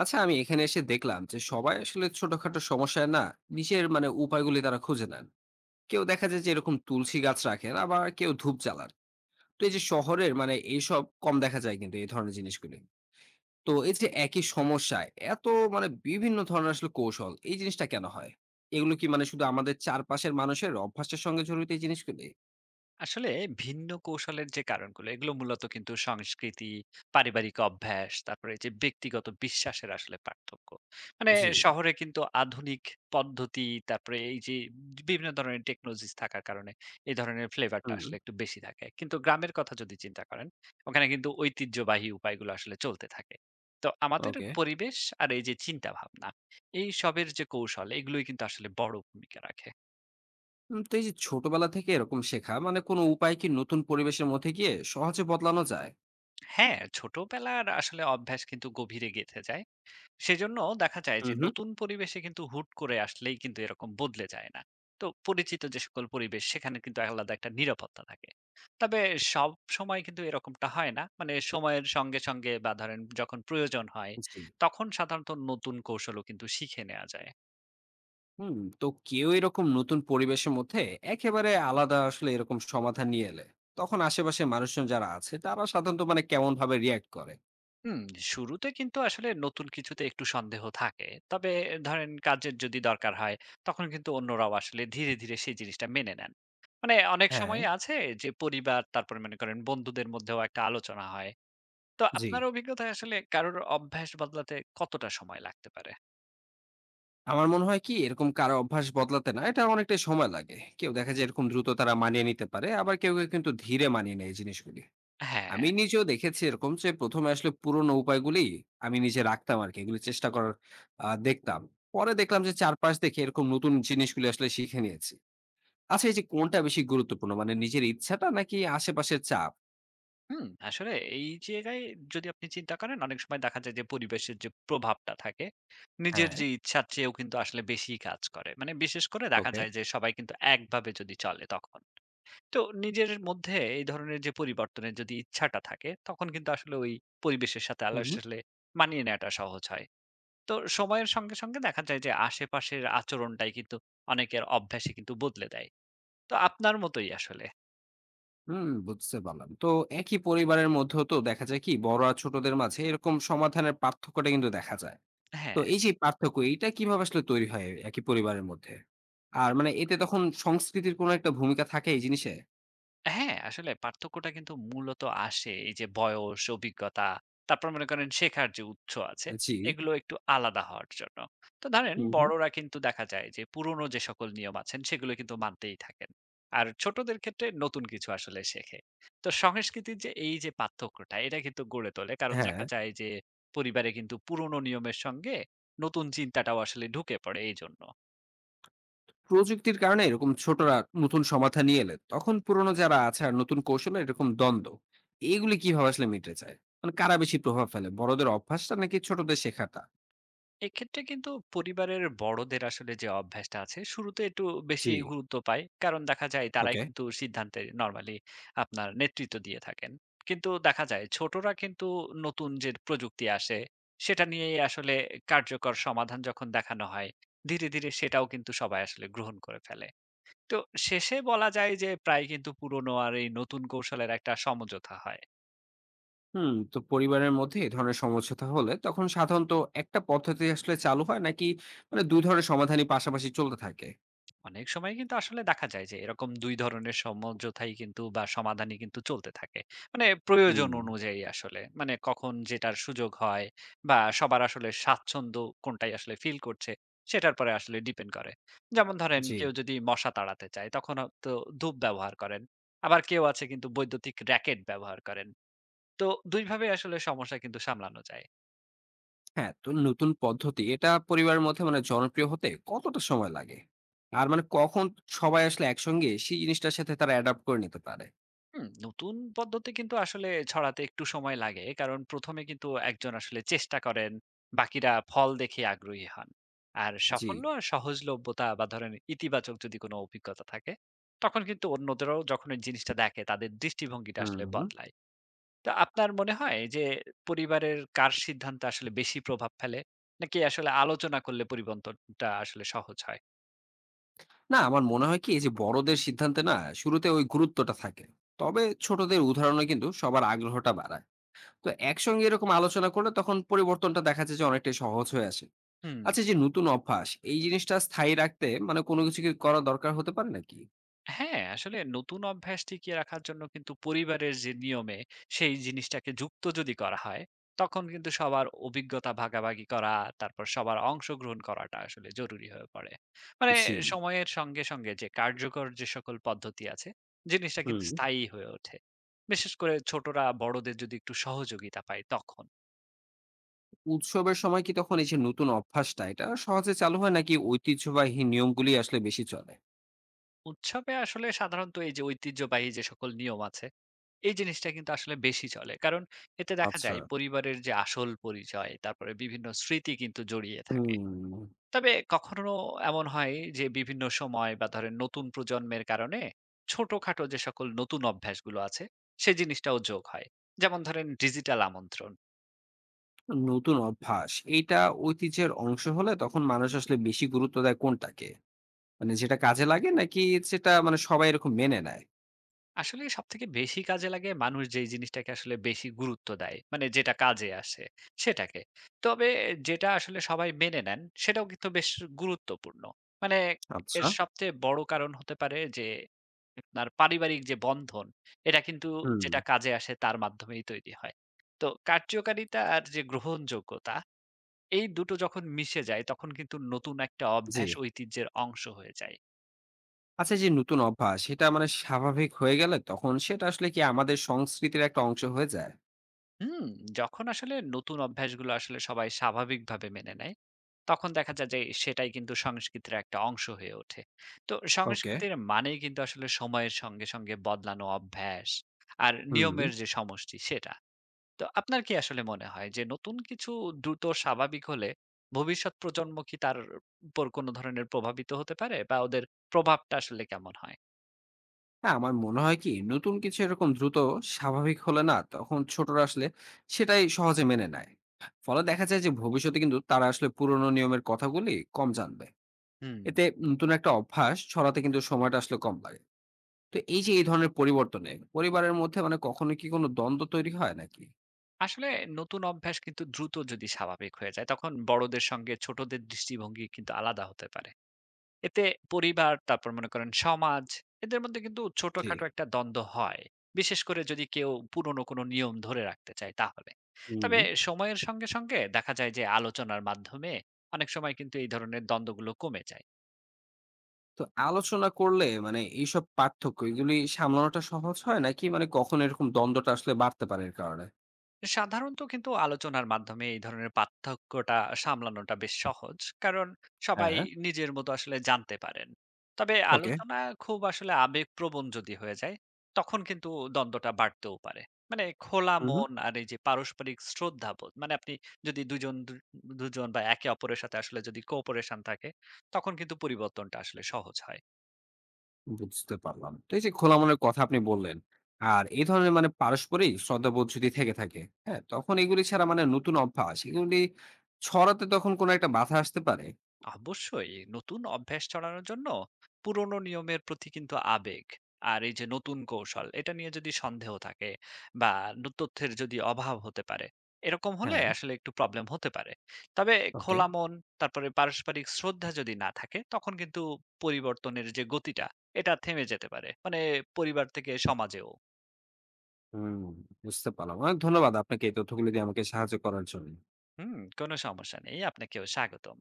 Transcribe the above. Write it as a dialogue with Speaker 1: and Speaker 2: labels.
Speaker 1: আচ্ছা, আমি এখানে এসে দেখলাম যে সবাই আসলে ছোটখাটো সমস্যায় না নিজের মানে উপায়গুলি তারা খুঁজে নেন। কেউ দেখা যায় যে এরকম তুলসী গাছ রাখেন, আবার কেউ ধূপ জ্বালান। তো এই যে শহরের মানে এইসব কম দেখা যায়, কিন্তু এই ধরনের জিনিসগুলি তো এই যে একই সমস্যায় এত মানে বিভিন্ন ধরনের আসলে কৌশল এই জিনিসটা কেন হয়? এগুলো কি মানে শুধু আমাদের চারপাশের মানুষের অভ্যাসের সঙ্গে জড়িত এই জিনিসগুলি?
Speaker 2: আসলে ভিন্ন কৌশলের যে কারণগুলো এগুলো মূলত কিন্তু সংস্কৃতি পারিবারিক অভ্যাস তারপরে এই যে ব্যক্তিগত বিশ্বাসের আসলে পার্থক্য মানে
Speaker 1: জি।
Speaker 2: শহরে কিন্তু আধুনিক পদ্ধতি তারপরে এই যে বিভিন্ন ধরনের টেকনোলজি থাকার কারণে এই ধরনের ফ্লেভারটা
Speaker 1: হুম।
Speaker 2: আসলে একটু বেশি থাকে কিন্তু গ্রামের কথা যদি চিন্তা করেন ওখানে কিন্তু ঐতিহ্যবাহী উপায়গুলো আসলে চলতে থাকে তো আমাদের
Speaker 1: ওকে।
Speaker 2: পরিবেশ আর এই যে চিন্তা ভাবনা এই সবের যে কৌশল এগুলোই কিন্তু আসলে বড় ভূমিকা রাখে।
Speaker 1: তো এই যে ছোটবেলা থেকে এরকম শেখা মানে কোনো উপায় কি নতুন পরিবেশের মধ্যে গিয়ে সহজে বদলানো যায়?
Speaker 2: হ্যাঁ, ছোটবেলার আসলে অভ্যাস কিন্তু গভীরে গেঁথে যায়। সেজন্য দেখা যায়
Speaker 1: হুম
Speaker 2: যে
Speaker 1: হুম।
Speaker 2: নতুন পরিবেশে কিন্তু হুট করে আসলেই কিন্তু এরকম বদলে যায় না। তো পরিচিত যে সকল পরিবেশ সেখানে কিন্তু আলাদা একটা নিরাপত্তা থাকে। তবে সবসময় কিন্তু এরকমটা হয় না। মানে সময়ের সঙ্গে সঙ্গে বা ধরেন যখন প্রয়োজন হয়
Speaker 1: জি।
Speaker 2: তখন সাধারণত নতুন কৌশলও কিন্তু শিখে নেয়া যায়।
Speaker 1: হুম, তো কেউ এরকম নতুন পরিবেশের মধ্যে একেবারে আলাদা আসলে এরকম সমাধান নিয়ে এলে তখন আশেপাশের মানুষজন যারা আছে তারা সাধারণত মানে কেমন ভাবে রিয়াক্ট করে?
Speaker 2: হুম, শুরুতে কিন্তু আসলে নতুন কিছুতে একটু সন্দেহ থাকে। তবে ধরেন কাজের যদি দরকার হয়, তখন কিন্তু অন্যরাও আসলে ধীরে ধীরে সেই জিনিসটা মেনে নেন। মানে অনেক
Speaker 1: হ্যাঁ।
Speaker 2: সময় আছে যে পরিবার, তারপরে মনে করেন বন্ধুদের মধ্যেও একটা আলোচনা হয়। তো
Speaker 1: জি।
Speaker 2: আপনার অভিজ্ঞতায় আসলে কারোর অভ্যাস বদলাতে কতটা সময় লাগতে পারে?
Speaker 1: আমার মনে হয় কি এরকম কারো অভ্যাস বদলাতে না এটা অনেকটাই সময় লাগে। কেউ দেখা যায় এরকম দ্রুত তারা মানিয়ে নিতে পারে, আবার কেউ কেউ কিন্তু ধীরে মানিয়ে নেয় এই জিনিসগুলি।
Speaker 2: হ্যাঁ।
Speaker 1: আমি নিজেও দেখেছি এরকম যে প্রথমে আসলে পুরোনো উপায়গুলি আমি নিজে রাখতাম আর কি, এগুলি চেষ্টা করার দেখতাম। পরে দেখলাম যে চারপাশ দেখে এরকম নতুন জিনিসগুলি আসলে শিখে নিয়েছি। আচ্ছা, এই যে কোনটা বেশি গুরুত্বপূর্ণ? মানে নিজের ইচ্ছাটা নাকি আশেপাশের চাপ?
Speaker 2: হুম, আসলে এই জায়গায় যদি আপনি চিন্তা করেন অনেক সময় দেখা যায় যে পরিবেশের যে প্রভাবটা থাকে নিজের
Speaker 1: হ্যাঁ।
Speaker 2: যে ইচ্ছার চেয়েও কিন্তু আসলে বেশি কাজ করে, মানে বিশেষ করে দেখা
Speaker 1: ওকে।
Speaker 2: যায় যে সবাই কিন্তু একভাবে যদি চলে তখন। তো নিজের মধ্যে এই ধরনের যে পরিবর্তনের যদি ইচ্ছাটা থাকে তখন কিন্তু আসলে ওই পরিবেশের সাথে আলো
Speaker 1: হু, হু।
Speaker 2: আসলে মানিয়ে নেওয়াটা সহজ হয়। তো সময়ের সঙ্গে সঙ্গে দেখা যায় যে আশেপাশের আচরণটাই কিন্তু অনেকের অভ্যাসে কিন্তু বদলে দেয়। তো আপনার মতোই আসলে।
Speaker 1: হুম, বুঝতে পারলাম। তো একই পরিবারের মধ্যেও তো দেখা যায় কি বড় আর ছোটদের মাঝে এরকম সমাধানের পার্থক্যটা কিন্তু দেখা যায়। তো এই যে পার্থক্য এইটা কিভাবে আসলে তৈরি হয় একই পরিবারের মধ্যে? আর
Speaker 2: হ্যাঁ,
Speaker 1: মানে এতে তখন সংস্কৃতির কোনো একটা ভূমিকা থাকে এই জিনিসে?
Speaker 2: হ্যাঁ, আসলে পার্থক্যটা কিন্তু মূলত আসে এই যে বয়স, অভিজ্ঞতা, তারপর মনে করেন শেখার যে উৎস আছে,
Speaker 1: জি।
Speaker 2: এগুলো একটু আলাদা হওয়ার জন্য। তো ধরেন
Speaker 1: হু, হু।
Speaker 2: বড়রা কিন্তু দেখা যায় যে পুরনো যে সকল নিয়ম আছেন সেগুলো কিন্তু মানতেই থাকেন। আর ছোটদের ক্ষেত্রে নতুন কিছু আসলে শেখে। তো সংস্কৃতির যে এই যে পার্থক্যটা এটা কিন্তু গড়ে তোলে। কারণ দেখা
Speaker 1: হ্যাঁ।
Speaker 2: যায় যে পরিবারে কিন্তু পুরনো নিয়মের সঙ্গে নতুন চিন্তাটাও আসলে ঢুকে পড়ে এইজন্য।
Speaker 1: প্রযুক্তির কারণে এরকম ছোটরা নতুন সমাধান নিয়ে এলে তখন পুরনো যারা আছে আর নতুন কৌশলে এরকম দ্বন্দ্ব এইগুলি কিভাবে আসলে মিটে যায়? মানে কারা বেশি প্রভাব ফেলে, বড়দের অভ্যাসটা নাকি ছোটদের শেখাটা?
Speaker 2: এক্ষেত্রে কিন্তু পরিবারের বড়দের আসলে যে অভ্যাসটা আছে শুরুতে একটু
Speaker 1: জি।
Speaker 2: বেশি গুরুত্ব পায় কারণ দেখা যায় তারাই
Speaker 1: ওকে।
Speaker 2: কিন্তু সিদ্ধান্তে নরমালি আপনার নেতৃত্ব দিয়ে থাকেন। কিন্তু দেখা যায় ছোটরা কিন্তু নতুন যে প্রযুক্তি আসে সেটা নিয়ে আসলে কার্যকর সমাধান যখন দেখানো হয় ধীরে ধীরে সেটাও কিন্তু সবাই আসলে গ্রহণ করে ফেলে। তো শেষে বলা যায় যে প্রায় কিন্তু পুরনো আর এই নতুন কৌশলের একটা সমঝোতা হয়।
Speaker 1: হুম, তো পরিবারের মধ্যে এই ধরনের সমঝোতা হলে তখন সাধারণত একটা পদ্ধতি আসলে চালু হয়, নাকি মানে দুই ধরনের সমাধানই পাশাপাশি চলতে থাকে?
Speaker 2: অনেক সময় কিন্তু আসলে দেখা যায় যে এরকম দুই ধরনের সমঝোতাই কিন্তু বা সমাধানই কিন্তু চলতে থাকে। মানে প্রয়োজন
Speaker 1: হুম।
Speaker 2: অনুযায়ী আসলে। মানে কখন যেটার সুযোগ হয় বা সবার আসলে স্বাচ্ছন্দ্য কোনটাই আসলে ফিল করছে, সেটার পরে আসলে ডিপেন্ড করে। যেমন ধরেন
Speaker 1: জি।
Speaker 2: কেউ যদি মশা তাড়াতে চায় তখন হয়তো ধূপ ব্যবহার করেন। আবার কেউ আছে কিন্তু বৈদ্যুতিক র‍্যাকেট ব্যবহার করেন। তো ২ ভাবে আসলে সমস্যা কিন্তু সামলানো যায়।
Speaker 1: হ্যাঁ, তো নতুন পদ্ধতি এটা পরিবারের মধ্যে মানে জনপ্রিয় হতে কতটা সময় লাগে? আর মানে কখন সবাই আসলে একসঙ্গে সেই জিনিসটার সাথে তারা অ্যাডপ্ট করে নিতে পারে?
Speaker 2: হুম, নতুন পদ্ধতি কিন্তু আসলে ছড়াতে একটু সময় লাগে কারণ প্রথমে কিন্তু একজন আসলে চেষ্টা করেন, বাকিরা ফল দেখে আগ্রহী হন। আর
Speaker 1: জি।
Speaker 2: সাফল্য আর সহজলভ্যতা বা ধরেন ইতিবাচক যদি কোনো অভিজ্ঞতা থাকে তখন কিন্তু অন্যদেরও যখন এই জিনিসটা দেখে তাদের দৃষ্টিভঙ্গিটা আসলে
Speaker 1: হুম।
Speaker 2: বদলায়। তো আপনার মনে হয় যে পরিবারের কার সিদ্ধান্ত আসলে বেশি প্রভাব ফেলে নাকি আসলে আলোচনা করলে পরিবর্তনটা আসলে সহজ হয়?
Speaker 1: না আমার মনে হয় কি এই যে বড়দের সিদ্ধান্তে না শুরুতে ওই গুরুত্বটা থাকে। তবে ছোটদের উদাহরণে কিন্তু সবার আগ্রহটা বাড়ায়। তো একসঙ্গে এরকম আলোচনা করলে তখন পরিবর্তনটা দেখা যায় যে অনেকটাই সহজ হয়ে আসে।
Speaker 2: হুম।
Speaker 1: আচ্ছা, এই যে নতুন অভ্যাস এই জিনিসটা স্থায়ী রাখতে মানে কোনো কিছু কি করা দরকার হতে পারে নাকি?
Speaker 2: হ্যাঁ, আসলে নতুন অভ্যাস টিকিয়ে রাখার জন্য কিন্তু পরিবারের যে নিয়মে সেই জিনিসটাকে যুক্ত যদি করা হয়, তখন কিন্তু সবার অভিজ্ঞতা ভাগাভাগি করা, তারপর সবার অংশগ্রহণ করাটা আসলে জরুরি হয়ে পড়ে। মানে
Speaker 1: জি।
Speaker 2: সময়ের সঙ্গে সঙ্গে যে কার্যকর যে সকল পদ্ধতি আছে, জিনিসটা কিন্তু
Speaker 1: হুম।
Speaker 2: স্থায়ী হয়ে ওঠে। বিশেষ করে ছোটরা বড়দের যদি একটু সহযোগিতা পায় তখন।
Speaker 1: উৎসবের সময় কি তখন এই যে নতুন অভ্যাসটা এটা সহজে চালু হয়, নাকি ঐতিহ্যবাহী নিয়মগুলি আসলে বেশি চলে?
Speaker 2: উৎসবে আসলে সাধারণত এই যে ঐতিহ্যবাহী যে সকল নিয়ম আছে, এই জিনিসটা কিন্তু আসলে বেশি চলে। কারণ এতে দেখা
Speaker 1: আচ্ছা।
Speaker 2: যায় পরিবারের যে আসল পরিচয়, তারপরে বিভিন্ন স্মৃতি কিন্তু জড়িয়ে থাকে।
Speaker 1: হুম।
Speaker 2: তবে কখনো এমন হয় যে বিভিন্ন সময় বা ধরেন নতুন প্রজন্মের কারণে ছোটখাটো যে সকল নতুন অভ্যাসগুলো আছে, সে জিনিসটাও যোগ হয়। যেমন ধরেন ডিজিটাল আমন্ত্রণ।
Speaker 1: নতুন অভ্যাস এইটা ঐতিহ্যের অংশ হলে তখন মানুষ আসলে বেশি গুরুত্ব দেয় কোনটাকে? মানে যেটা কাজে লাগে, নাকি সেটা মানে সবাই এরকম মেনে নেয়?
Speaker 2: আসলে সবথেকে বেশি কাজে লাগে মানুষ যেই জিনিসটাকে আসলে বেশি গুরুত্ব দেয়। মানে যেটা কাজে আসে সেটাকে। তবে যেটা আসলে সবাই মেনে নেন সেটাও কিন্তু বেশ গুরুত্বপূর্ণ। মানে এর
Speaker 1: আচ্ছা।
Speaker 2: সবচেয়ে বড় কারণ হতে পারে যে আপনার পারিবারিক যে বন্ধন এটা কিন্তু
Speaker 1: হুম।
Speaker 2: যেটা কাজে আসে তার মাধ্যমেই তৈরি হয়। তো কার্যকারিতা আর যে গ্রহণযোগ্যতা এই দুটো যখন মিশে যায় তখন কিন্তু নতুন একটা
Speaker 1: জি।
Speaker 2: অভ্যাস ঐতিহ্যের অংশ হয়ে যায়।
Speaker 1: আচ্ছা, যে নতুন অভ্যাস সেটা মানে স্বাভাবিক হয়ে গেলে তখন সেটা আসলে কি আমাদের সংস্কৃতির একটা অংশ হয়ে যায়?
Speaker 2: হুম, যখন আসলে নতুন অভ্যাসগুলো আসলে সবাই স্বাভাবিকভাবে মেনে নেয়, তখন দেখা যায় যে সেটাই কিন্তু সংস্কৃতির একটা অংশ হয়ে ওঠে। তো
Speaker 1: ওকে।
Speaker 2: সংস্কৃতির মানেই কিন্তু আসলে সময়ের সঙ্গে সঙ্গে বদলানো অভ্যাস আর
Speaker 1: হুম।
Speaker 2: নিয়মের যে সমষ্টি সেটা। তো আপনার কি আসলে মনে হয় যে নতুন কিছু দ্রুত স্বাভাবিক হলে ভবিষ্যৎ প্রজন্ম কি তার উপর কোনো ধরনের প্রভাবিত হতে পারে বা ওদের প্রভাবটা আসলে কেমন হয়?
Speaker 1: হ্যাঁ, আমার মনে হয় কি নতুন কিছু এরকম দ্রুত স্বাভাবিক হলে না তখন ছোটরা আসলে সেটাই সহজে মেনে নেয়। ফলে দেখা যায় যে ভবিষ্যতে কিন্তু তারা আসলে পুরনো নিয়মের কথাগুলি কম জানবে।
Speaker 2: হুম।
Speaker 1: এতে নতুন একটা অভ্যাস ছড়াতে কিন্তু সময়টা আসলে কম লাগে। তো এই যে এই ধরনের পরিবর্তনে পরিবারের মধ্যে মানে কখনো কি কোনো দ্বন্দ্ব তৈরি হয় নাকি?
Speaker 2: আসলে নতুন অভ্যাস কিন্তু দ্রুত যদি স্বাভাবিক হয়ে যায় তখন বড়দের সঙ্গে ছোটদের দৃষ্টিভঙ্গি কিন্তু আলাদা হতে পারে। এতে পরিবার তারপর মনে করেন সমাজ এদের মধ্যে কিন্তু
Speaker 1: জি।
Speaker 2: ছোটখাটো একটা দ্বন্দ্ব হয়, বিশেষ করে যদি কেউ পুরনো কোনো নিয়ম ধরে রাখতে চায় তাহলে।
Speaker 1: হুম।
Speaker 2: তবে সময়ের সঙ্গে সঙ্গে দেখা যায় যে আলোচনার মাধ্যমে অনেক সময় কিন্তু এই ধরনের দ্বন্দ্বগুলো কমে যায়।
Speaker 1: তো আলোচনা করলে মানে এইসব পার্থক্য এগুলি সামলানোটা সহজ হয়, নাকি মানে কখনো এরকম দ্বন্দ্বটা আসলে বাড়তে পারে এর কারণে?
Speaker 2: সাধারণত কিন্তু আলোচনার মাধ্যমে এই ধরনের পার্থক্যটা সামলানোটা বেশ সহজ কারণ সবাই
Speaker 1: হ্যাঁ।
Speaker 2: নিজের মতো আসলে জানতে পারেন। তবে
Speaker 1: ওকে।
Speaker 2: আলোচনা খুব আসলে আবেগপ্রবণ যদি হয়ে যায় তখন কিন্তু দ্বন্দ্বটা বাড়তেও পারে। মানে খোলা
Speaker 1: হুম হুম।
Speaker 2: মন আর এই যে পারস্পরিক শ্রদ্ধাবোধ, মানে আপনি যদি দুজন বা একে অপরের সাথে আসলে যদি কোঅপারেশন থাকে তখন কিন্তু পরিবর্তনটা আসলে সহজ হয়।
Speaker 1: বুঝতে পারলাম। তো এই যে খোলা মনের কথা আপনি বললেন, আর এই ধরনের মানে পারস্পরিক শ্রদ্ধাবোধ যদি থেকে থাকে, হ্যাঁ? তখন এগুলি ছাড়া মানে নতুন অভ্যাস এগুলি ছড়াতে তখন কোনো একটা বাধা আসতে পারে?
Speaker 2: অবশ্যই নতুন অভ্যাস ছড়ানোর জন্য পুরনো নিয়মের প্রতি কিন্তু আবেগ আর এই যে নতুন কৌশল এটা নিয়ে যদি সন্দেহ থাকে বা তথ্যের যদি অভাব হতে পারে এরকম হলে
Speaker 1: হ্যাঁ।
Speaker 2: আসলে একটু প্রবলেম হতে পারে। তবে
Speaker 1: ওকে।
Speaker 2: খোলা মন তারপরে পারস্পরিক শ্রদ্ধা যদি না থাকে তখন কিন্তু পরিবর্তনের যে গতিটা এটা থেমে যেতে পারে, মানে পরিবার থেকে সমাজেও।
Speaker 1: হুম, বুঝতে পারলাম। অনেক ধন্যবাদ আপনাকে এই তথ্যগুলো দিয়ে আমাকে সাহায্য করার জন্য।
Speaker 2: হুম, কোনো সমস্যা নেই, আপনাকেও স্বাগতম।